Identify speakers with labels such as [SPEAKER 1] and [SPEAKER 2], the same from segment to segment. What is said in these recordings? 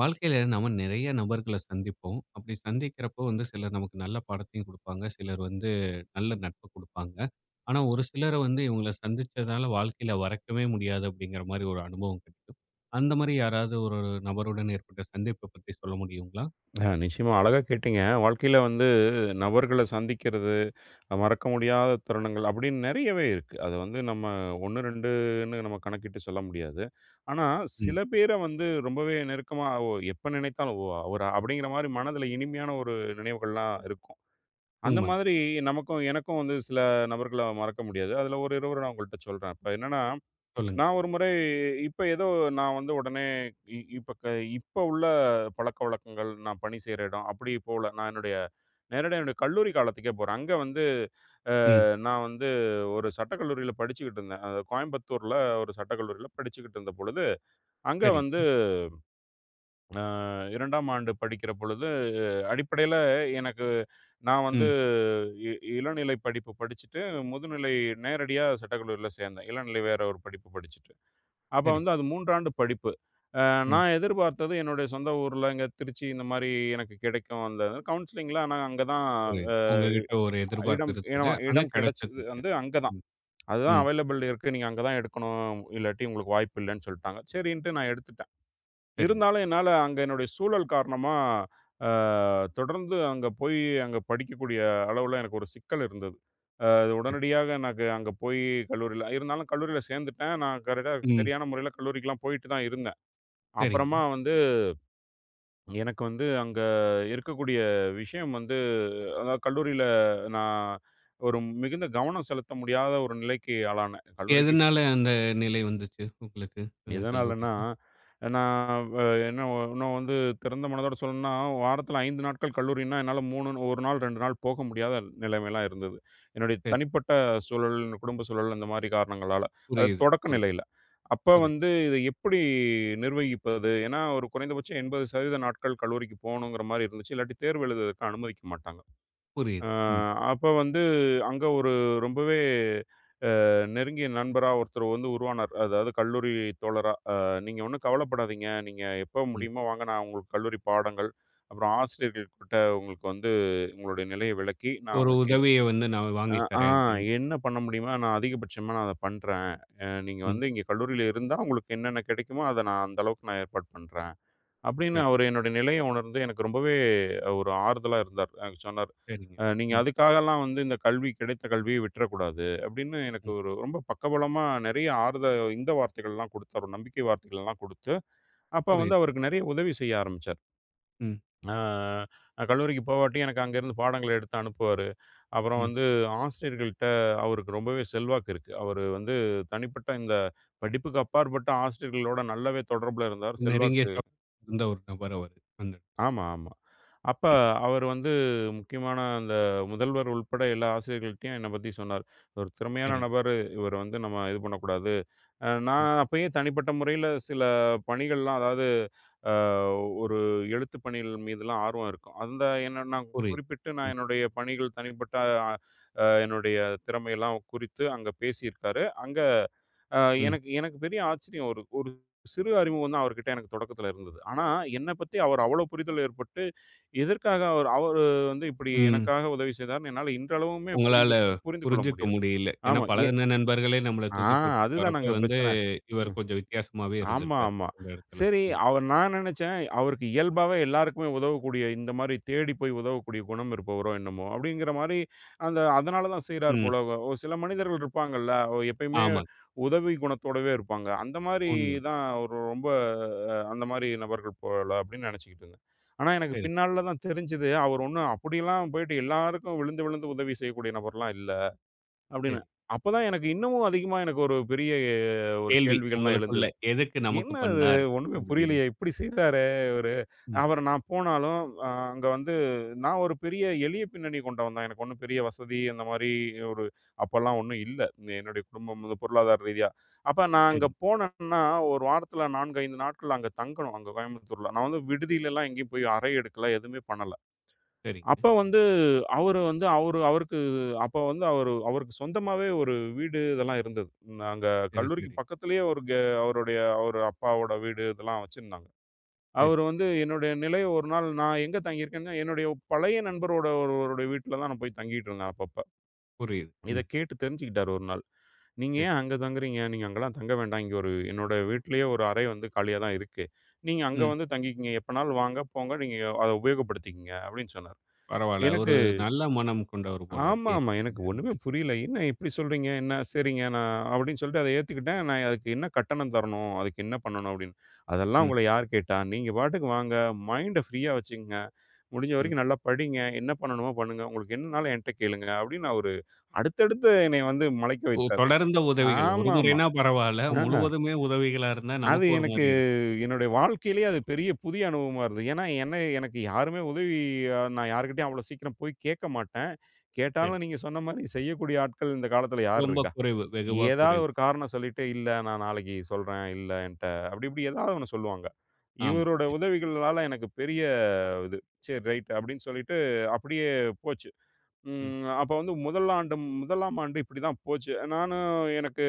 [SPEAKER 1] வாழ்க்கையில நம்ம நிறைய நபர்கள சந்திப்போம். அப்படி சந்திக்கிறப்போ வந்து சிலர் நமக்கு நல்ல பாடத்தையும் குடுப்பாங்க. சிலர் வந்து நல்ல நட்ப குடுப்பாங்க. ஆனா ஒரு சிலர வந்து இவங்கள சந்திச்சதால வாழ்க்கையில மறக்கவே முடியாது அப்படிங்கிற மாரி ஒரு அனுபவம் கிடைக்கும். அந்த மாரி யாராவது ஒரு நபருடன் ஏற்பட்ட சந்திப்ப பத்தி சொல்ல முடியுங்களா?
[SPEAKER 2] ஆ நிச்சயமா அழகா கேட்டீங்க. வாழ்க்கையில வந்து நபர்கள சந்திக்கிறது, மறக்க முடியாத தருணங்கள் அப்படின்னு நெறையவே இருக்கு. அது வந்து நம்ம 1, 2ன்னு நம்ம கணக்கிட்டு சொல்ல முடியாது. ஆனா,
[SPEAKER 1] ம்.
[SPEAKER 2] சில பேர வந்து ரொம்பவே நெருக்கமா, ஓ எப்ப நினைத்தாலும், ஓ! அவரா அப்படிங்கிற மாரி மனதில இனிமையான ஒரு நினைவுகள்லாம் இருக்கும். அந்த
[SPEAKER 1] உண்மங்க.
[SPEAKER 2] மாதிரி நமக்கும் எனக்கும் வந்து சில நபர்கள மறக்க முடியாது. அதுல ஒரு இருவர நான் உங்கள்ட்ட சொல்றேன். இப்ப என்னன்னா,
[SPEAKER 1] சொல்லுங்க.
[SPEAKER 2] நான் ஒரு முறை இப்ப ஏதோ நான் வந்து உடனே இ இப்ப க இப்ப உள்ள பழக்கவழக்கங்கள், நான் பணி செய்ற இடம் அப்படி போல. நான் என்னுடைய நேரடியா என்னுடைய கல்லூரி காலத்துக்கே போறேன். அங்க வந்து
[SPEAKER 1] ம்.
[SPEAKER 2] நான் வந்து ஒரு சட்டக்கல்லூரியில படிச்சுக்கிட்டு இருந்தேன். அது கோயம்புத்தூர்ல ஒரு சட்டக்கல்லூரியில படிச்சுக்கிட்டு இருந்த பொழுது, அங்க வந்து
[SPEAKER 1] சரிங்க.
[SPEAKER 2] 2ஆம் ஆண்டு படிக்கிற பொழுது, அடிப்படையில எனக்கு நான் வந்து
[SPEAKER 1] ம்.
[SPEAKER 2] இ இளநிலை படிப்பு படிச்சுட்டு, முதுநிலை நேரடியா சட்டக்கல்லூரில சேர்ந்தேன். இளநிலை வேற ஒரு படிப்பு படிச்சுட்டு. அப்ப
[SPEAKER 1] சரிங்க.
[SPEAKER 2] வந்து அது 3 ஆண்டு படிப்பு. அ
[SPEAKER 1] ம்.
[SPEAKER 2] நான் எதிர்பார்த்தது என்னுடைய சொந்த ஊர்ல, இங்க திருச்சி இந்த மாரி எனக்கு கிடைக்கும். அந்த கவுன்சிலிங்ல ஆனா அங்க தான்
[SPEAKER 1] புரியுது.
[SPEAKER 2] அ
[SPEAKER 1] உங்ககிட்ட ஒரு எதிர்பார்ப்பு
[SPEAKER 2] இடம்
[SPEAKER 1] இருந்தது.
[SPEAKER 2] இடம்
[SPEAKER 1] ஆனா
[SPEAKER 2] இடம் கிடைச்சது
[SPEAKER 1] கிடைச்சதுங்க.
[SPEAKER 2] வந்து அங்க தான்.
[SPEAKER 1] ம்.
[SPEAKER 2] அதுதான்
[SPEAKER 1] ம்.
[SPEAKER 2] அவைலபிள் இருக்கு. நீங்க அங்க தான் எடுக்கணும். இல்லாட்டி உங்களுக்கு வாய்ப்பு இல்லன்னு சொல்ட்டாங்க. சரின்ட்டு நான் எடுத்துட்டேன்.
[SPEAKER 1] சரிங்க.
[SPEAKER 2] இருந்தாலும் என்னால அங்க என்னுடைய சூழல் காரணமா, அ தொடர்ந்து அங்க போய் அங்க படிக்கக்கூடிய அளவுல எனக்கு ஒரு சிக்கல் இருந்தது. அ
[SPEAKER 1] சரி.
[SPEAKER 2] உடனடியாக எனக்கு அங்க போய் கல்லூரியில இருந்தாலும் கல்லூரியில சேர்ந்துட்டேன். நான் கரெக்ட்டா
[SPEAKER 1] ம்.
[SPEAKER 2] சரியான முறையில கல்லூரிக்குலாம் போயிட்டு தான் இருந்தேன்.
[SPEAKER 1] சரிங்க.
[SPEAKER 2] அப்புறமா வந்து எனக்கு வந்து அங்க இருக்கக்கூடிய விஷயம் வந்து அதாவது கல்லூரியில நான் ஒரு மிகுந்த கவனம் செலுத்த முடியாத ஒரு நிலைக்கு ஆளானேன். கல்லூரிக்கு
[SPEAKER 1] எதனால அந்த நிலை வந்துச்சு உங்களுக்கு? அங்க
[SPEAKER 2] எதனாலன்னா,
[SPEAKER 1] கல்லூரியில.
[SPEAKER 2] நான் வ என்ன ஒ- இன்னும் வந்து திறந்த மனதோட சொல்லணும்னா, வாரத்தில 5 நாட்கள் கல்லூரின்னா, என்னால 3 1 நாள், 2 நாள் போக முடியாத நிலைமைலாம் இருந்தது. என்னுடைய
[SPEAKER 1] சரி.
[SPEAKER 2] தனிப்பட்ட சூழல், இந்த குடும்ப சூழல் அந்த மாரி காரணங்களால. அது
[SPEAKER 1] புரியுது.
[SPEAKER 2] தொடக்க நிலையில. அப்ப
[SPEAKER 1] புரியுது,
[SPEAKER 2] வந்து இத எப்படி நிர்வகிப்பது? ஏன்னா, ஒரு குறைந்தபட்சம் 80% நாட்கள் கல்லூரிக்கு போகணுங்கிற மாரி இருந்துச்சு. இல்லாட்டி தேர்வு எழுதுவதற்கு அனுமதிக்க மாட்டாங்க. அ
[SPEAKER 1] புரியுது. ம்,
[SPEAKER 2] அப்ப வந்து அங்க ஒரு ரொம்பவே நெருங்கிய நண்பரா ஒருத்தர் வந்து உருவானார். அதாவது கல்லூரி தோழரா. "நீங்க ஒண்ணும் கவலைப்படாதீங்க. நீங்க எப்ப
[SPEAKER 1] ம்.
[SPEAKER 2] முடியுமோ வாங்க, நான் உங்களுக்கு கல்லூரி பாடங்கள், அப்புறம் ஆசிரியர்கள்கிட்ட உங்களுக்கு வந்து உங்களுடைய நிலைய விளக்கி, நான்
[SPEAKER 1] ஒரு
[SPEAKER 2] உங்களுக்கு
[SPEAKER 1] உதவிய வந்து நான்
[SPEAKER 2] அ
[SPEAKER 1] வாங்கி
[SPEAKER 2] ஆ
[SPEAKER 1] தரேன் அப்படின்னு.
[SPEAKER 2] என்ன பண்ண முடியுமோ நான் அதிகபட்சமா நான் அத பண்றேன். நீங்க
[SPEAKER 1] ம்.
[SPEAKER 2] வந்து இங்க கல்லூரியில இருந்தா உங்களுக்கு என்னென்ன கிடைக்குமோ, அத நான் அந்த அளவுக்கு நான் ஏற்பாடு பண்றேன்." அப்படின்னு
[SPEAKER 1] சரி,
[SPEAKER 2] அவரு என்னுடைய நிலைய உணர்ந்து எனக்கு ரொம்பவே ஒரு ஆறுதலா இருந்தார். எனக்கு சொன்னார்,
[SPEAKER 1] சரிங்க.
[SPEAKER 2] நீங்க
[SPEAKER 1] ம்,
[SPEAKER 2] அதுக்காகலாம் வந்து இந்த கல்வி கிடைத்த கல்விய விட்டுறக்கூடாது." அப்படின்னு எனக்கு
[SPEAKER 1] ம்.
[SPEAKER 2] ஒரு ரொம்ப பக்கபலமா நெறைய ஆறுதல் இந்த வார்த்தைகள்லாம் குடுத்தாரு. நம்பிக்கை வார்த்தைகள்லாம் குடுத்து, அப்ப வந்து
[SPEAKER 1] புரியுது.
[SPEAKER 2] அவருக்கு நெறைய உதவி செய்ய ஆரம்பிச்சார்.
[SPEAKER 1] ம்,
[SPEAKER 2] அ நான் கல்லூரிக்கு போவாட்டி எனக்கு அங்கேருந்து பாடங்கள எடுத்து அனுப்புவாரு. அப்புறம்
[SPEAKER 1] ம்.
[SPEAKER 2] வந்து ஆசிரியர்கள்ட்ட அவருக்கு ரொம்பவே செல்வாக்கு இருக்கு. அவரு வந்து தனிப்பட்ட இந்த படிப்புக்கு அப்பாற்பட்ட ஆசிரியர்களோட நல்லாவே தொடர்புல இருந்தார்.
[SPEAKER 1] நெருங்கிய
[SPEAKER 2] செல்வாக்கு
[SPEAKER 1] தொடர்பு இருந்த ஒரு நபர் அவரு. அந்த
[SPEAKER 2] ஆமா, ஆமா. அப்ப அவர் வந்து முக்கியமான அந்த முதல்வர் உள்பட எல்லா ஆசிரியர்கள்ட்டயும் என்ன பத்தி சொன்னார். ஒரு திறமையான
[SPEAKER 1] சரிங்க.
[SPEAKER 2] நபரு. இவர வந்து நம்ம இது பண்ணக்கூடாது.
[SPEAKER 1] ம்.
[SPEAKER 2] நான் அப்பயே தனிப்பட்ட முறையில சில பணிகள்லாம் அதாவது அ ஒரு எழுத்து பணிகள் மீதெல்லாம் ஆர்வம் இருக்கும். அந்த என்ன நான்
[SPEAKER 1] புரியுது.
[SPEAKER 2] குறிப்பிட்டு நான்
[SPEAKER 1] ம்,
[SPEAKER 2] என்னுடைய பணிகள் தனிப்பட்ட அ என்னுடைய திறமையெல்லாம் குறித்து அங்க பேசியிருக்காரு. அங்க அ
[SPEAKER 1] ம்,
[SPEAKER 2] எனக்கு எனக்கு பெரிய ஆச்சரியம். ஒரு ஒரு சிறு அறிமுகம் தான் அவர்கிட்ட எனக்கு தொடக்கத்தில இருந்தது. ஆனா, என்னை பத்தி அவர் அவ்வளோ புரிதல் ஏற்பட்டு, எதற்காக அவர் அவரு வந்து இப்படி
[SPEAKER 1] ம்.
[SPEAKER 2] எனக்காக உதவி செய்தார்ன்னு என்னால இன்றளவுமே
[SPEAKER 1] உங்களால
[SPEAKER 2] புரிந்து புரிந்து கொள்ள
[SPEAKER 1] புரிஞ்சுக்க
[SPEAKER 2] முடியாது.
[SPEAKER 1] முடியல. ஏன்னா
[SPEAKER 2] ஆமா. ஏன்
[SPEAKER 1] பழகுன நண்பர்களே நம்மள
[SPEAKER 2] ஆ
[SPEAKER 1] தூக்கி போட்டு போறப்ப
[SPEAKER 2] அதுதானங்க
[SPEAKER 1] வந்து,
[SPEAKER 2] பிரச்சனை.
[SPEAKER 1] இவர் கொஞ்சம் வித்தியாசமாவே
[SPEAKER 2] ஆமா,
[SPEAKER 1] இருந்திருக்காரு,
[SPEAKER 2] ஆமா.
[SPEAKER 1] அந்த இடத்துல.
[SPEAKER 2] சரி,
[SPEAKER 1] ம்,
[SPEAKER 2] அவர் நான் நெனச்சேன், அவருக்கு இயல்பாவே எல்லாருக்குமே உதவக்கூடிய, இந்த மாரி தேடி போய் உதவக்கூடிய குணம் இருப்பவரோ என்னமோ! அப்பிடிங்கிற மாரி அந்த அதனால தான் செய்றார்
[SPEAKER 1] ம்.
[SPEAKER 2] போல. ஒரு சில மனிதர்கள் இருப்பாங்கல்ல, ஓ, எப்பயுமே
[SPEAKER 1] ஆமாங்க.
[SPEAKER 2] உதவி குணத்தோடவே இருப்பாங்க. அந்த மாரி
[SPEAKER 1] உண்ம.
[SPEAKER 2] தான் ஒரு ரொம்ப அந்த மாரி நபர்கள் போல அப்பிடின்னு நெனச்சுக்கிட்டு இருந்தேன். ஆனா, எனக்கு
[SPEAKER 1] சரி,
[SPEAKER 2] பின்னால தான் தெரிஞ்சது, அவர் ஒன்னும் அப்பிடிலாம் போயிட்டு எல்லாருக்கும் விழுந்து, விழுந்து உதவி செய்யக்கூடிய நபர்லாம் இல்ல,
[SPEAKER 1] சரி.
[SPEAKER 2] அப்பிடின்னு. அப்பதான் எனக்கு இன்னமும் அதிகமா எனக்கு ஒரு பெரிய ஒரு
[SPEAKER 1] கேள்வி
[SPEAKER 2] கேள்விகள்லாம் எழுந்தது.
[SPEAKER 1] உங்களுக்குள்ள. எதுக்கு நமக்கு
[SPEAKER 2] என்ன அது
[SPEAKER 1] பண்ணார்?
[SPEAKER 2] ஒண்ணுமே
[SPEAKER 1] அப்படின்னு.
[SPEAKER 2] புரியலையே! இப்படி செய்றாரே இவரு.
[SPEAKER 1] ம்.
[SPEAKER 2] அவரு நான் போனாலும் அங்க வந்து நான் ஒரு பெரிய எளிய பின்னணி கொண்டவன் தான். எனக்கு ஒண்ணும் பெரிய வசதி அந்த மாரி ஒரு அப்பல்லாம் ஒண்ணும் இல்ல. என்னுடைய குடும்பம் வந்து பொருளாதார ரீதியா. அப்ப நான் அங்க
[SPEAKER 1] சரிங்க,
[SPEAKER 2] போனேன்னா, 1 வாரத்துல 4, 5 நாட்கள் அங்க தங்கணும். அங்க கோயம்புத்தூர்ல. நான் வந்து விடுதியிலலாம் எங்கேயும் போய் அறை எடுக்கல, எதுவுமே பண்ணல.
[SPEAKER 1] சரிங்க.
[SPEAKER 2] அப்ப வந்து அவருக்கு அப்ப வந்து அவரு அவருக்கு சொந்தமாவே ஒரு வீடு இதெல்லாம் இருந்தது. நாங்க
[SPEAKER 1] சரி,
[SPEAKER 2] கல்லூரிக்கு
[SPEAKER 1] சரி,
[SPEAKER 2] பக்கத்திலேயே ஒரு கெ அவருடைய அவரு அப்பாவோட வீடு இதெல்லாம் வச்சிருந்தாங்க.
[SPEAKER 1] சரி.
[SPEAKER 2] அவரு வந்து என்னுடைய நிலைய ஒரு நாள் நான் எங்க தங்கியிருக்கேன்னா, என்னுடைய பழைய நண்பரோட ஒருவருடைய வீட்ல தான் நான் போய் தங்கிட்டு இருந்தேன் அப்பப்ப.
[SPEAKER 1] புரியுது.
[SPEAKER 2] இத
[SPEAKER 1] ம்.
[SPEAKER 2] கேட்டு தெரிஞ்சுக்கிட்டாரு ஒரு நாள். "நீங்க
[SPEAKER 1] சரி.
[SPEAKER 2] ஏன் அங்க தங்குறீங்க? நீங்க அங்கலாம் தங்க வேண்டாம். இங்க ஒரு என்னோட வீட்லயே ஒரு அறை வந்து காலியா தான் இருக்கு. நீங்க அங்க
[SPEAKER 1] ம்.
[SPEAKER 2] வந்து தங்கிக்கங்க. எப்பனாலும் வாங்க, போங்க. நீங்க அத உபயோகப்படுத்திக்கங்க" அப்படின்னு சொன்னாரு.
[SPEAKER 1] பரவால்ல. ஒரு
[SPEAKER 2] எனக்கு
[SPEAKER 1] நல்ல மனம் கொண்டவர் போல
[SPEAKER 2] ஆமா,
[SPEAKER 1] இருக்கே!
[SPEAKER 2] ஆமா.
[SPEAKER 1] இந்த
[SPEAKER 2] எனக்கு
[SPEAKER 1] இதுல.
[SPEAKER 2] ஒண்ணுமே புரியல. "என்ன இப்படி சொல்றீங்க? என்ன? சரிங்க நான்" அப்படின்னு சொல்லிட்டு அத ஏத்துக்கிட்டேன். நான் அதுக்கு என்ன கட்டணம் தரணும்? அதுக்கு என்ன பண்ணணும்? அப்படின்னு. "அதெல்லாம்
[SPEAKER 1] ம்,
[SPEAKER 2] உங்கள யார் கேட்டா? நீங்க பாட்டுக்கு வாங்க. மைண்ட ஃப்ரீயா வச்சுக்கங்க. முடிஞ்ச
[SPEAKER 1] ம்.
[SPEAKER 2] வரைக்கும் நல்லா படிங்க. என்ன பண்ணணுமோ பண்ணுங்க. உங்களுக்கு என்னனாலும் என்ட்ட கேளுங்க." அப்படின்னு அவரு அடுத்தடுத்து என்னைய வந்து முளைக்க
[SPEAKER 1] ஓ!
[SPEAKER 2] வைத்தாரு.
[SPEAKER 1] தொடர்ந்த உதவிகள். ஒரு
[SPEAKER 2] ஆமாமா.
[SPEAKER 1] முறைன்னா பரவால்ல.
[SPEAKER 2] ஆ.
[SPEAKER 1] முழுவதுமே உதவிகளா இருந்தா
[SPEAKER 2] அது
[SPEAKER 1] நமக்கு ஒரு
[SPEAKER 2] எனக்கு
[SPEAKER 1] மாரி இருக்கும்.
[SPEAKER 2] என்னுடைய வாழ்க்கையிலேயே அது பெரிய புதிய அனுபவமா இருந்தது. ஏன்னா, என்ன எனக்கு யாருமே உதவி நான் யார்கிட்டயும் அவ்வளோ சீக்கிரம் போய் கேட்க மாட்டேன்.
[SPEAKER 1] சரி.
[SPEAKER 2] கேட்டாலும் நீங்க சொன்ன மாரி செய்யக்கூடிய ஆட்கள் இந்த காலத்தில யார்
[SPEAKER 1] ரொம்ப
[SPEAKER 2] இருக்கா?
[SPEAKER 1] குறைவு. வெகுவா
[SPEAKER 2] ஏதாவது
[SPEAKER 1] குறைவு.
[SPEAKER 2] ஒரு காரணம் சொல்லிட்டு, "இல்ல நான் நாளைக்கு சொல்றேன். இல்ல என்ட்ட" அப்படி இப்படி ஏதாவது ஒண்ணு சொல்லுவாங்க.
[SPEAKER 1] ஆமா.
[SPEAKER 2] இவரோட
[SPEAKER 1] சரி.
[SPEAKER 2] உதவிகளால எனக்கு பெரிய இது. "சரி ரைட்" அப்படின்னு சொல்லிட்டு அப்படியே போச்சு.
[SPEAKER 1] ம்,
[SPEAKER 2] ம் அப்ப வந்து முதல் ஆண்டு 1ஆம் ஆண்டு இப்படி தான் போச்சு. நானும் எனக்கு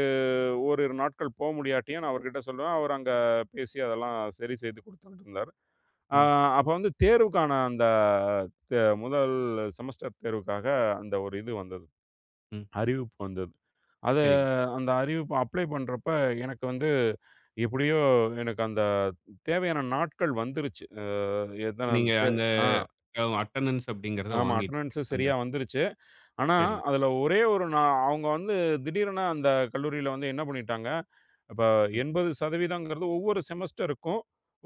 [SPEAKER 2] ஓரிரு நாட்கள் போ முடியாட்டியும் நான் அவர்கிட்ட சொல்லுவேன். அவர் அங்க பேசி அதெல்லாம் சரி செய்து குடுத்துட்டு இருந்தாரு. அ
[SPEAKER 1] ம்,
[SPEAKER 2] அப்ப வந்து தேர்வுக்கான அந்த முதல் செமஸ்டர் தேர்வுக்காக அந்த ஒரு இது வந்தது.
[SPEAKER 1] ம்.
[SPEAKER 2] அறிவிப்பு வந்தது. அத
[SPEAKER 1] சரிங்க.
[SPEAKER 2] அந்த அறிவிப்பு அப்ளை பண்றப்ப எனக்கு வந்து எப்படியோ எனக்கு அந்த தேவையான நாட்கள் வந்துருச்சு. அ எத்தன
[SPEAKER 1] நீங்க
[SPEAKER 2] அந்த தே
[SPEAKER 1] அந்த
[SPEAKER 2] ஆ
[SPEAKER 1] அட்டெண்டன்ஸ் அப்படிங்கிறத
[SPEAKER 2] ஆமா
[SPEAKER 1] வாங்கிட்டீங்க.
[SPEAKER 2] அட்டெண்டன்ஸும்
[SPEAKER 1] அந்த
[SPEAKER 2] சரியா வந்துருச்சு. ஆனா,
[SPEAKER 1] சரிங்க.
[SPEAKER 2] அதுல ஒரே ஒரு நா அவங்க வந்து திடீரென அந்த கல்லூரியில வந்து என்ன பண்ணிட்டாங்க, இப்ப
[SPEAKER 1] ம்,
[SPEAKER 2] 80% ஒவ்வொரு செமஸ்டருக்கும்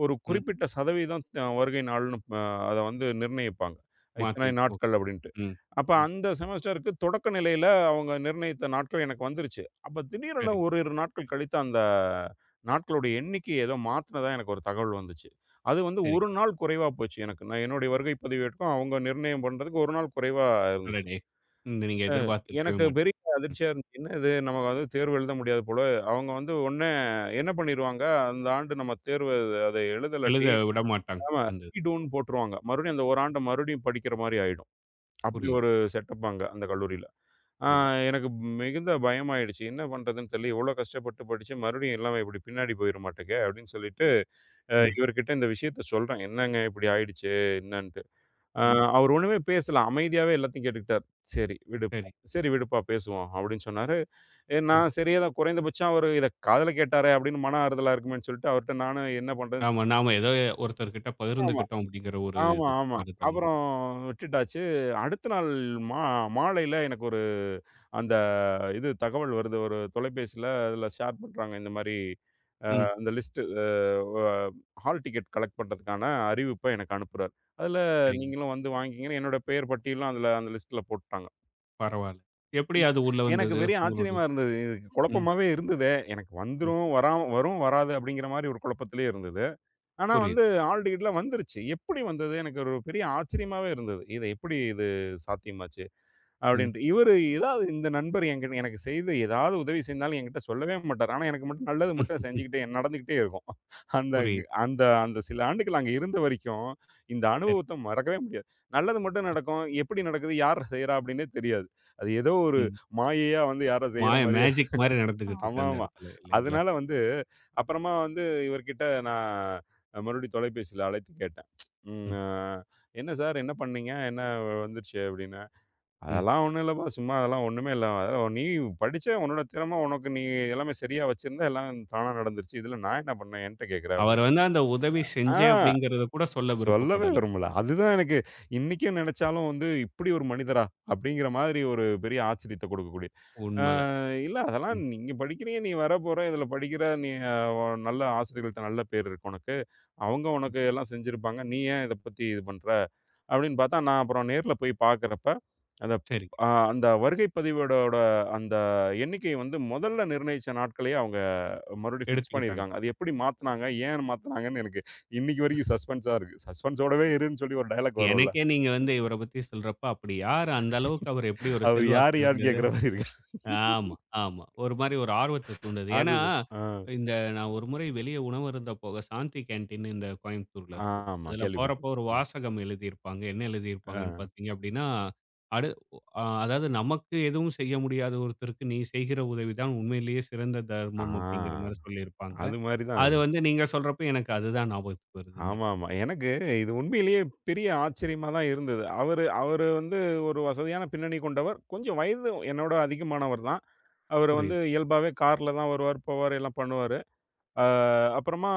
[SPEAKER 2] ஒரு
[SPEAKER 1] ம்.
[SPEAKER 2] குறிப்பிட்ட சதவீதம் வருகை நாள்னு அத வந்து நிர்ணயிப்பாங்க. இத்தனை
[SPEAKER 1] மாத்தி ஓ.
[SPEAKER 2] நாட்கள் அப்படின்ட்டு.
[SPEAKER 1] ம்,
[SPEAKER 2] அப்ப
[SPEAKER 1] ம்.
[SPEAKER 2] அந்த செமஸ்டருக்கு தொடக்க நிலையில அவங்க நிர்ணயித்த நாட்கள் எனக்கு வந்துருச்சு. அப்ப திடீரென
[SPEAKER 1] சரிங்க,
[SPEAKER 2] ஓரிரு நாட்கள் கழித்து அந்த நாட்களுடைய எண்ணிக்கை ஏதோ மாத்துனதா எனக்கு ஒரு தகவல் வந்துச்சு. அது வந்து
[SPEAKER 1] சரி.
[SPEAKER 2] 1 நாள் குறைவா போச்சு எனக்கு. நான் என்னுடைய வருகை பதிவேட்டுக்கும் அவங்க நிர்ணயம் பண்றதுக்கு 1 நாள் குறைவா இருந்துச்சு.
[SPEAKER 1] அடடே! இந்த நீங்க எதிர்பார்த்திருக்கவே
[SPEAKER 2] எனக்கு
[SPEAKER 1] மாட்டீங்க.
[SPEAKER 2] பெரிய அதிர்ச்சியா இருந்துச்சு. என்ன இது நமக்கு வந்து தேர்வு எழுத முடியாது போல. அவங்க வந்து உடனே என்ன பண்ணிருவாங்க, அந்த ஆண்டு நம்ம தேர்வு அத
[SPEAKER 1] எழுத
[SPEAKER 2] எழுதலாட்டி
[SPEAKER 1] விடமாட்டாங்க.
[SPEAKER 2] ஆமா
[SPEAKER 1] அந்த இதுல.
[SPEAKER 2] ரீடூன்னு போட்டுருவாங்க. மறுபடியும் அந்த ஒரு ஆண்ட மறுபடியும் படிக்கிற மாரி ஆயிடும். அப்படி
[SPEAKER 1] புரியுது.
[SPEAKER 2] ஒரு செட்டப் அங்க அந்த கல்லூரியில. ஆ
[SPEAKER 1] ம்,
[SPEAKER 2] எனக்கு மிகுந்த பயமாயிடுச்சு. என்ன பண்றதுன்னு தெரியல. இவ்வளோ கஷ்டப்பட்டு படிச்சு மறுபடியும் எல்லாமே இப்படி பின்னாடி போயிற மாட்டுக்கே அப்படின்னு சொல்லிட்டு,
[SPEAKER 1] ம்,
[SPEAKER 2] இவர்கிட்ட இந்த விஷயத்த சொல்றேன். என்னங்க இப்படி ஆயிடுச்சு என்னன்ட்டு. ஆ
[SPEAKER 1] ம்.
[SPEAKER 2] அவர் ஒண்ணுமே பேசல. அமைதியாவே எல்லாத்தையும் கேட்டுக்கிட்டார். "சரி விடுப்பா,
[SPEAKER 1] சரி.
[SPEAKER 2] சரி விடுப்பா பேசுவோம்" அப்படின்னு சொன்னாரு.
[SPEAKER 1] ம்.
[SPEAKER 2] நான் சரி ஏதோ குறைந்தபட்சம் அவரு இத காதுல கேட்டாரே அப்படின்னு மன ஆறுதலா இருக்குமேன்னு சொல்லிட்டு அவர்ட்ட நானும் என்ன பண்றது
[SPEAKER 1] ஆமா. நாம ஏதோ ஒருத்தர்கிட்ட
[SPEAKER 2] ஆமா,
[SPEAKER 1] பகிர்ந்துக்கிட்டோம் அப்படிங்கிற ஒரு
[SPEAKER 2] ஆமா,
[SPEAKER 1] இது
[SPEAKER 2] ஆமா.
[SPEAKER 1] ஆறுதல்
[SPEAKER 2] அப்புறம்
[SPEAKER 1] நமக்கு.
[SPEAKER 2] விட்டுட்டாச்சு. அடுத்த நாள் மா மாலையில எனக்கு ஒரு அந்த இது தகவல் வருது. ஒரு தொலைபேசியில அதில ஷேர் பண்றாங்க. இந்த மாரி
[SPEAKER 1] ம்.
[SPEAKER 2] அந்த லிஸ்ட் அ வ ஹால் டிக்கெட் கலெக்ட் பண்றதுக்கான அறிவிப்ப எனக்கு அனுப்புறார். அதில
[SPEAKER 1] சரிங்க.
[SPEAKER 2] நீங்களும் வந்து வாங்கிக்கிங்கன்னு என்னோட பெயர் பட்டியலும் அதில அந்த லிஸ்ட்ல போட்டுட்டாங்க.
[SPEAKER 1] பரவால்ல. எப்படி அது உள்ள
[SPEAKER 2] எனக்கு
[SPEAKER 1] வந்தது?
[SPEAKER 2] பெரிய
[SPEAKER 1] உங்களுடைய
[SPEAKER 2] ஆச்சரியமா இருந்தது. இது
[SPEAKER 1] ம்,
[SPEAKER 2] குழப்பமாவே இருந்தது. எனக்கு
[SPEAKER 1] ம்.
[SPEAKER 2] வந்துரும், வராம வரும், வராது அப்படிங்கிற மாரி ஒரு குழப்பத்திலேயே இருந்தது. ஆனா வந்து
[SPEAKER 1] புரியுது.
[SPEAKER 2] ஆல் டிக்கெட்லாம் வந்துருச்சு. எப்படி வந்தது? எனக்கு ஒரு பெரிய ஆச்சரியமாவே இருந்தது. இது எப்படி இது சாத்தியமாச்சு?
[SPEAKER 1] ம்.
[SPEAKER 2] அப்படின்ட்டு. இவரு ஏதாவது இந்த நண்பர் என்கிட்ட எனக்கு செய்த ஏதாவது உதவி செஞ்சாலும் என்கிட்ட சொல்லவே மாட்டாரு. ஆனா, எனக்கு மட்டும் நல்லது மட்டும் செஞ்சுக்கிட்டே நடந்துக்கிட்டே இருக்கும். அந்த
[SPEAKER 1] புரியுது.
[SPEAKER 2] அந்த அந்த சில ஆண்டுகள் அங்க இருந்த வரைக்கும், இந்த
[SPEAKER 1] சரி.
[SPEAKER 2] அனுபவத்த மறக்கவே முடியாது. நல்லது மட்டும் நடக்கும். எப்படி நடக்குது? யார் செய்றா? அப்படின்னே தெரியாது. அது ஏதோ ஒரு
[SPEAKER 1] ம்.
[SPEAKER 2] மாயையா வந்து யாரோ செய்ற மாரியே
[SPEAKER 1] மேஜிக் மாரி நடந்துகிட்டு இருக்கு அந்த
[SPEAKER 2] ஆமாமா.
[SPEAKER 1] இடத்துல இல்லைங்களா?
[SPEAKER 2] அதனால வந்து அப்புறமா வந்து இவர்கிட்ட நான் மறுபடியும் தொலைபேசியில அழைத்து கேட்டேன். ம்.
[SPEAKER 1] ம்,
[SPEAKER 2] அ "என்ன சார் என்ன பண்ணீங்க? என்ன வந்துருச்சு?" அப்படின்னு.
[SPEAKER 1] ம்.
[SPEAKER 2] அதெல்லாம் ஒண்ணும் இல்லப்பா. சும்மா அதெல்லாம் ஒண்ணுமே இல்ல. அதெல்லாம் நீ படிச்ச உன்னோட திறமை உனக்கு நீ எல்லாமே சரியா வச்சிருந்தா, எல்லாம் தானா நடந்துருச்சு. இதில நான் என்ன பண்ணேன்? என்ட்ட கேட்குற
[SPEAKER 1] அவர்
[SPEAKER 2] அப்படின்னு.
[SPEAKER 1] வந்து அந்த உதவி
[SPEAKER 2] ஆ
[SPEAKER 1] செஞ்சேன் அப்படிங்கிறத கூட சொல்ல
[SPEAKER 2] சொல்லவே
[SPEAKER 1] விருப்பப்படல.
[SPEAKER 2] வரும்ல. அதுதான் எனக்கு இன்னைக்கும் நினைச்சாலும் வந்து, இப்படி ஒரு மனிதரா? அப்படிங்கிற மாதிரி ஒரு பெரிய ஆச்சரியத்த கொடுக்கக்கூடிய. ஆ
[SPEAKER 1] உண்ம தான்.
[SPEAKER 2] இல்ல அதெல்லாம்
[SPEAKER 1] ம்.
[SPEAKER 2] நீங்க படிக்கிறீங்க, நீ வரப்போற, இதில படிக்கிற, நீ அ நல்ல ஆசிரியர்கள்ட்ட நல்ல பேர் இருக்கு உனக்கு. அவங்க உனக்கு எல்லாம் செஞ்சிருப்பாங்க. நீ ஏன் இத பத்தி இது பண்ற? அப்படின்னு பார்த்தா, நான் அப்புறம் நேர்ல போய் பார்க்குறப்ப, அந்த
[SPEAKER 1] சரிங்க.
[SPEAKER 2] அந்த வருகை பதிவோடோட அந்த எண்ணிக்கை வந்து முதல்ல நிர்ணயிச்ச நாட்களயே அவங்க மறுபடியும் ஃபிக்ஸ்
[SPEAKER 1] எடுத்துக்கிட்டாங்க.
[SPEAKER 2] பண்ணியிருக்காங்க. அது எப்படி மாத்துனாங்க? ஏன் மாத்துனாங்கன்னு எனக்கு இன்னைக்கு வரைக்கும் சஸ்பென்ஸா இருக்கு. சஸ்பென்ஸோடவே இருன்னு சொல்லி ஒரு டயலாக் வரும்ல.
[SPEAKER 1] எனக்கே நீங்க வந்து இவர பத்தி சொல்றப்ப, அப்படி யாரு அந்த அளவுக்கு அவர் எப்படி ஒரு
[SPEAKER 2] அவரு
[SPEAKER 1] செல்வாக்கு
[SPEAKER 2] யாரு யாருன்னு
[SPEAKER 1] இருந்தது?
[SPEAKER 2] கேட்கிற மாரி இருக்கு.
[SPEAKER 1] ஆமா, ஆமா. ஒரு மாரி ஒரு ஆர்வத்த தூண்டுது. ஏன்னா,
[SPEAKER 2] அதுதான். ஆ.
[SPEAKER 1] இந்த நான் ஒரு முறை வெளிய உணவு அருந்த போக சாந்தி கேன்டீன் இந்த கோயம்புத்தூர்ல இருக்கும்.
[SPEAKER 2] ஆமா
[SPEAKER 1] அதுல போறப்போ
[SPEAKER 2] கேள்விப்பட்டேன்.
[SPEAKER 1] ஒரு
[SPEAKER 2] ம்.
[SPEAKER 1] வாசகம் எழுதியிருப்பாங்க. என்ன
[SPEAKER 2] ஆ.
[SPEAKER 1] எழுதியிருப்பாங்கன்னு பார்த்தீங்க அப்படின்னா, அடு அ அதாவது நமக்கு எதுவும் செய்ய முடியாத ஒருத்தருக்கு நீ செய்கிற உதவிதான் உண்மையிலேயே சிறந்த
[SPEAKER 2] ஆ.
[SPEAKER 1] தர்மம் அப்படிங்கிற மாரி சொல்லியிருப்பாங்க.
[SPEAKER 2] அது மாரி தான்.
[SPEAKER 1] அது வந்து நீங்க சொல்றப்ப எனக்கு அதுதான் ஞாபகத்துக்கு வருது இந்த இடம்.
[SPEAKER 2] ஆமாமா. எனக்கு இது உண்மையிலேயே பெரிய ஆச்சரியமா தான் இருந்தது. அவரு அவரு வந்து ஒரு வசதியான பின்னணி கொண்டவர். கொஞ்சம் வயது என்னோட அதிகமானவர் தான். அவரு வந்து
[SPEAKER 1] புரியுது.
[SPEAKER 2] இயல்பாவே கார்ல தான் வருவார், போவார், எல்லாம் பண்ணுவாரு. அ அப்புறமா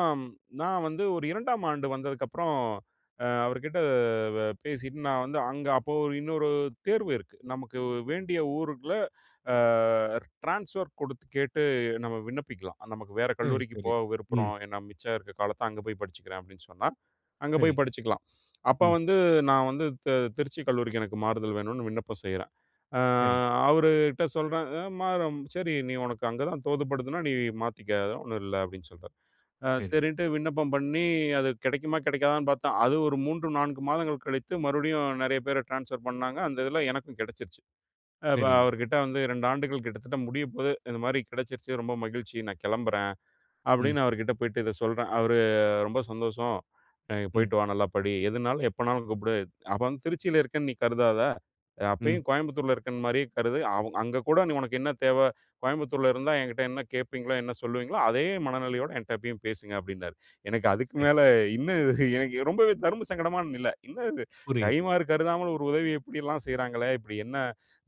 [SPEAKER 2] நான் வந்து ஒரு 2ஆம் ஆண்டு வந்ததுக்கப்புறம், அவர்கிட்ட வ பேசிட்டு நான் வந்து அங்க அப்போ ஒரு இன்னொரு தேர்வு இருக்கு. நமக்கு வேண்டிய ஊருக்குள்ள அ ட்ரான்ஸ்ஃபர் கொடுத்து கேட்டு நம்ம விண்ணப்பிக்கலாம். நமக்கு வேற
[SPEAKER 1] சரி,
[SPEAKER 2] கல்லூரிக்கு
[SPEAKER 1] சரி.
[SPEAKER 2] போக
[SPEAKER 1] ம்.
[SPEAKER 2] விருப்புறோம். ஏன்னா மிச்சம் இருக்க காலத்த அங்க போய் படிச்சுக்கிறேன் அப்படின்னு சொன்னா, அங்க
[SPEAKER 1] சரி.
[SPEAKER 2] போய் படிச்சுக்கலாம். அப்ப
[SPEAKER 1] ம்.
[SPEAKER 2] வந்து நான் வந்து திருச்சி கல்லூரிக்கு எனக்கு மாறுதல் வேணும்னு விண்ணப்பம் செய்றேன். அ
[SPEAKER 1] சரி.
[SPEAKER 2] அவரு கிட்ட சொல்றேன். மாறும். "சரி நீ உனக்கு அங்க தான் தோதுப்படுதுன்னா, நீ மாத்திக்க. அதெல்லாம் ஒண்ணும் இல்ல." அப்படின்னு சொல்றாரு.
[SPEAKER 1] சரி,
[SPEAKER 2] சரின்ட்டு விண்ணப்பம் பண்ணி, அது கிடைக்குமா, கிடைக்காதான்னு பார்த்தேன். அது ஒரு 3, 4 மாதங்கள் கழித்து மறுபடியும் நெறைய பேர ட்ரான்ஸ்ஃபர் பண்ணாங்க. அந்த இதில எனக்கும் கிடைச்சிருச்சு. அப்ப
[SPEAKER 1] சரிங்க.
[SPEAKER 2] அவர்கிட்ட வந்து 2 ஆண்டுகள் கிட்டத்தட்ட முடியப்போது. "இந்த மாரி கிடைச்சிருச்சு. ரொம்ப மகிழ்ச்சி. நான் கிளம்புறேன்."
[SPEAKER 1] ம்,
[SPEAKER 2] அப்படின்னு அவர்கிட்ட போயிட்டு இத சொல்றேன். அவரு ரொம்ப சந்தோஷம்.
[SPEAKER 1] ம்,
[SPEAKER 2] போயிட்டு வா, நல்லா படி. எதுனாலும் எப்பனாலும் கூப்பிடு. அப்ப வந்து திருச்சியில இருக்கேன்னு நீ கருதாத.
[SPEAKER 1] ம்.
[SPEAKER 2] அப்பயும் கோயம்புத்தூர்ல இருக்கேன் மாரியே கருது. அங்க கூட நீ உனக்கு என்ன தேவ? கோயம்புத்தூர்ல இருந்தா என்கிட்ட என்ன கேட்பீங்களோ, என்ன சொல்லுவீங்களோ, அதே மனநிலையோட என்ட்ட எப்பயும் பேசுங்க அப்படின்னாரு. எனக்கு அதுக்கு
[SPEAKER 1] சரி.
[SPEAKER 2] மேல இன்னும் இது எனக்கு ரொம்பவே தர்ம சங்கடமான நிலை. இன்னும் இது
[SPEAKER 1] புரியுது,
[SPEAKER 2] கைமாறு கருதாமல் ஒரு உதவி இப்படிலாம் செய்றாங்களே! இப்படி என்ன?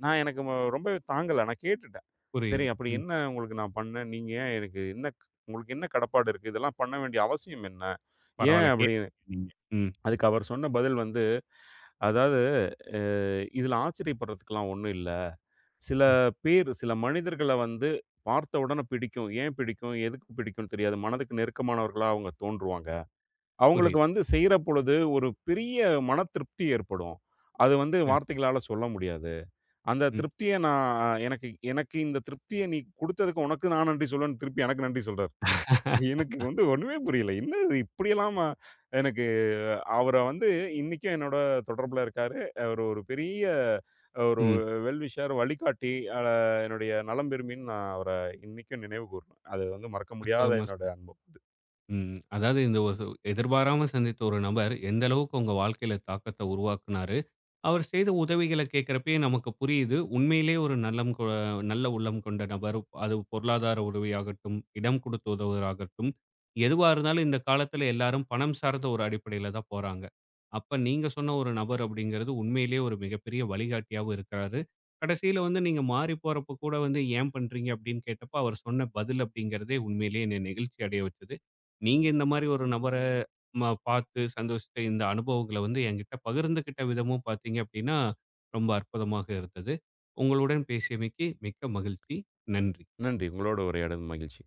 [SPEAKER 2] ரொம்பவே தாங்கல. நான் கேட்டுட்டேன். சரி
[SPEAKER 1] புரியுது.
[SPEAKER 2] அப்படி
[SPEAKER 1] ம்.
[SPEAKER 2] என்ன உங்களுக்கு நான் பண்ணேன்? நீங்க ஏன் எனக்கு என்ன உங்களுக்கு என்ன கடப்பாடு இருக்கு? இதெல்லாம் பண்ண வேண்டிய அவசியம் என்ன? ஏன்
[SPEAKER 1] பரவால்ல
[SPEAKER 2] அப்படின்னு.
[SPEAKER 1] கேட்டீங்க நீங்க. ம்,
[SPEAKER 2] அதுக்கு அவர் சொன்ன பதில் வந்து, அதாவது அ "இதுல ஆச்சரியப்படுறதுக்குலாம் ஒண்ணும் இல்ல. சில
[SPEAKER 1] ம்.
[SPEAKER 2] பேர், சில மனிதர்கள வந்து பார்த்த உடனே பிடிக்கும். ஏன் பிடிக்கும்? எதுக்கு பிடிக்கும்னு தெரியாது. மனதுக்கு நெருக்கமானவர்களா அவங்க தோன்றுவாங்க. அவங்களுக்கு
[SPEAKER 1] புரியுது.
[SPEAKER 2] வந்து செய்ற பொழுது ஒரு பெரிய மன திருப்தி ஏற்படும். அது வந்து
[SPEAKER 1] சரி.
[SPEAKER 2] வார்த்தைகளால சொல்ல முடியாது. அந்த
[SPEAKER 1] ம்.
[SPEAKER 2] திருப்திய நான் எனக்கு எனக்கு இந்த திருப்திய நீ குடுத்ததுக்கு உனக்கு நான் நன்றி சொல்லுவேன்னு" திருப்பி எனக்கு நன்றி சொல்றாரு. எனக்கு வந்து ஒண்ணுமே புரியல. என்னது இப்படியெல்லாமா? எனக்கு அவர வந்து இன்னைக்கும் என்னோட தொடர்புல இருக்காரு. அவரு ஒரு பெரிய ஒரு
[SPEAKER 1] ம்.
[SPEAKER 2] வெல் விஷர், வழிகாட்டி, என்னுடைய நலம் விரும்பின்னு நான் அவர இன்னைக்கும் நினைவு கூர்றேன். அது வந்து மறக்க முடியாத
[SPEAKER 1] அற்புதமா
[SPEAKER 2] என்னோட
[SPEAKER 1] சொன்னீங்க.
[SPEAKER 2] அனுபவம் அது.
[SPEAKER 1] ம். அதாவது இந்த ஒரு எதிர்பாராம சந்தித்த ஒரு நபர் எந்த அளவுக்கு உங்க வாழ்க்கையில தாக்கத்த உருவாக்குனார் அவர் செய்த உதவிகள கேட்கிறப்பயே நமக்கு புரியுது. உண்மையிலேயே ஒரு நல்ல உள்ளம் கொண்ட நபர். அது பொருளாதார உதவியாகட்டும், இடம் கொடுத்து உதவுவதாகட்டும், எதுவா இருந்தாலும் இந்த காலத்துல எல்லாரும் பணம் சார்ந்த ஒரு அடிப்படையில தான் போறாங்க. அப்ப நீங்க சொன்ன ஒரு நபர் அப்படிங்கிறது உண்மையிலேயே ஒரு மிகப்பெரிய வழிகாட்டியாவும் இருக்கிறாரு. கடைசியில வந்து நீங்க மாறி போறப்ப கூட வந்து ஏன் பண்றீங்க அப்படின்னு கேட்டப்ப அவர் சொன்ன பதில் அப்படிங்கிறதே உண்மையிலேயே என்னை நெகிழ்ச்சி அடைய வச்சது. நீங்க இந்த மாரி ஒரு நபர பார்த்து சந்தோஷித்த இந்த அனுபவங்கள வந்து என்கிட்ட பகிர்ந்துக்கிட்ட விதமும் பார்த்தீங்க அப்படின்னா, ரொம்ப அற்புதமாக இருந்தது. உங்களுடன் பேசியமைக்கு மிக்க மகிழ்ச்சி. நன்றி.
[SPEAKER 2] நன்றி. உங்களோட உரையாடல் மகிழ்ச்சி.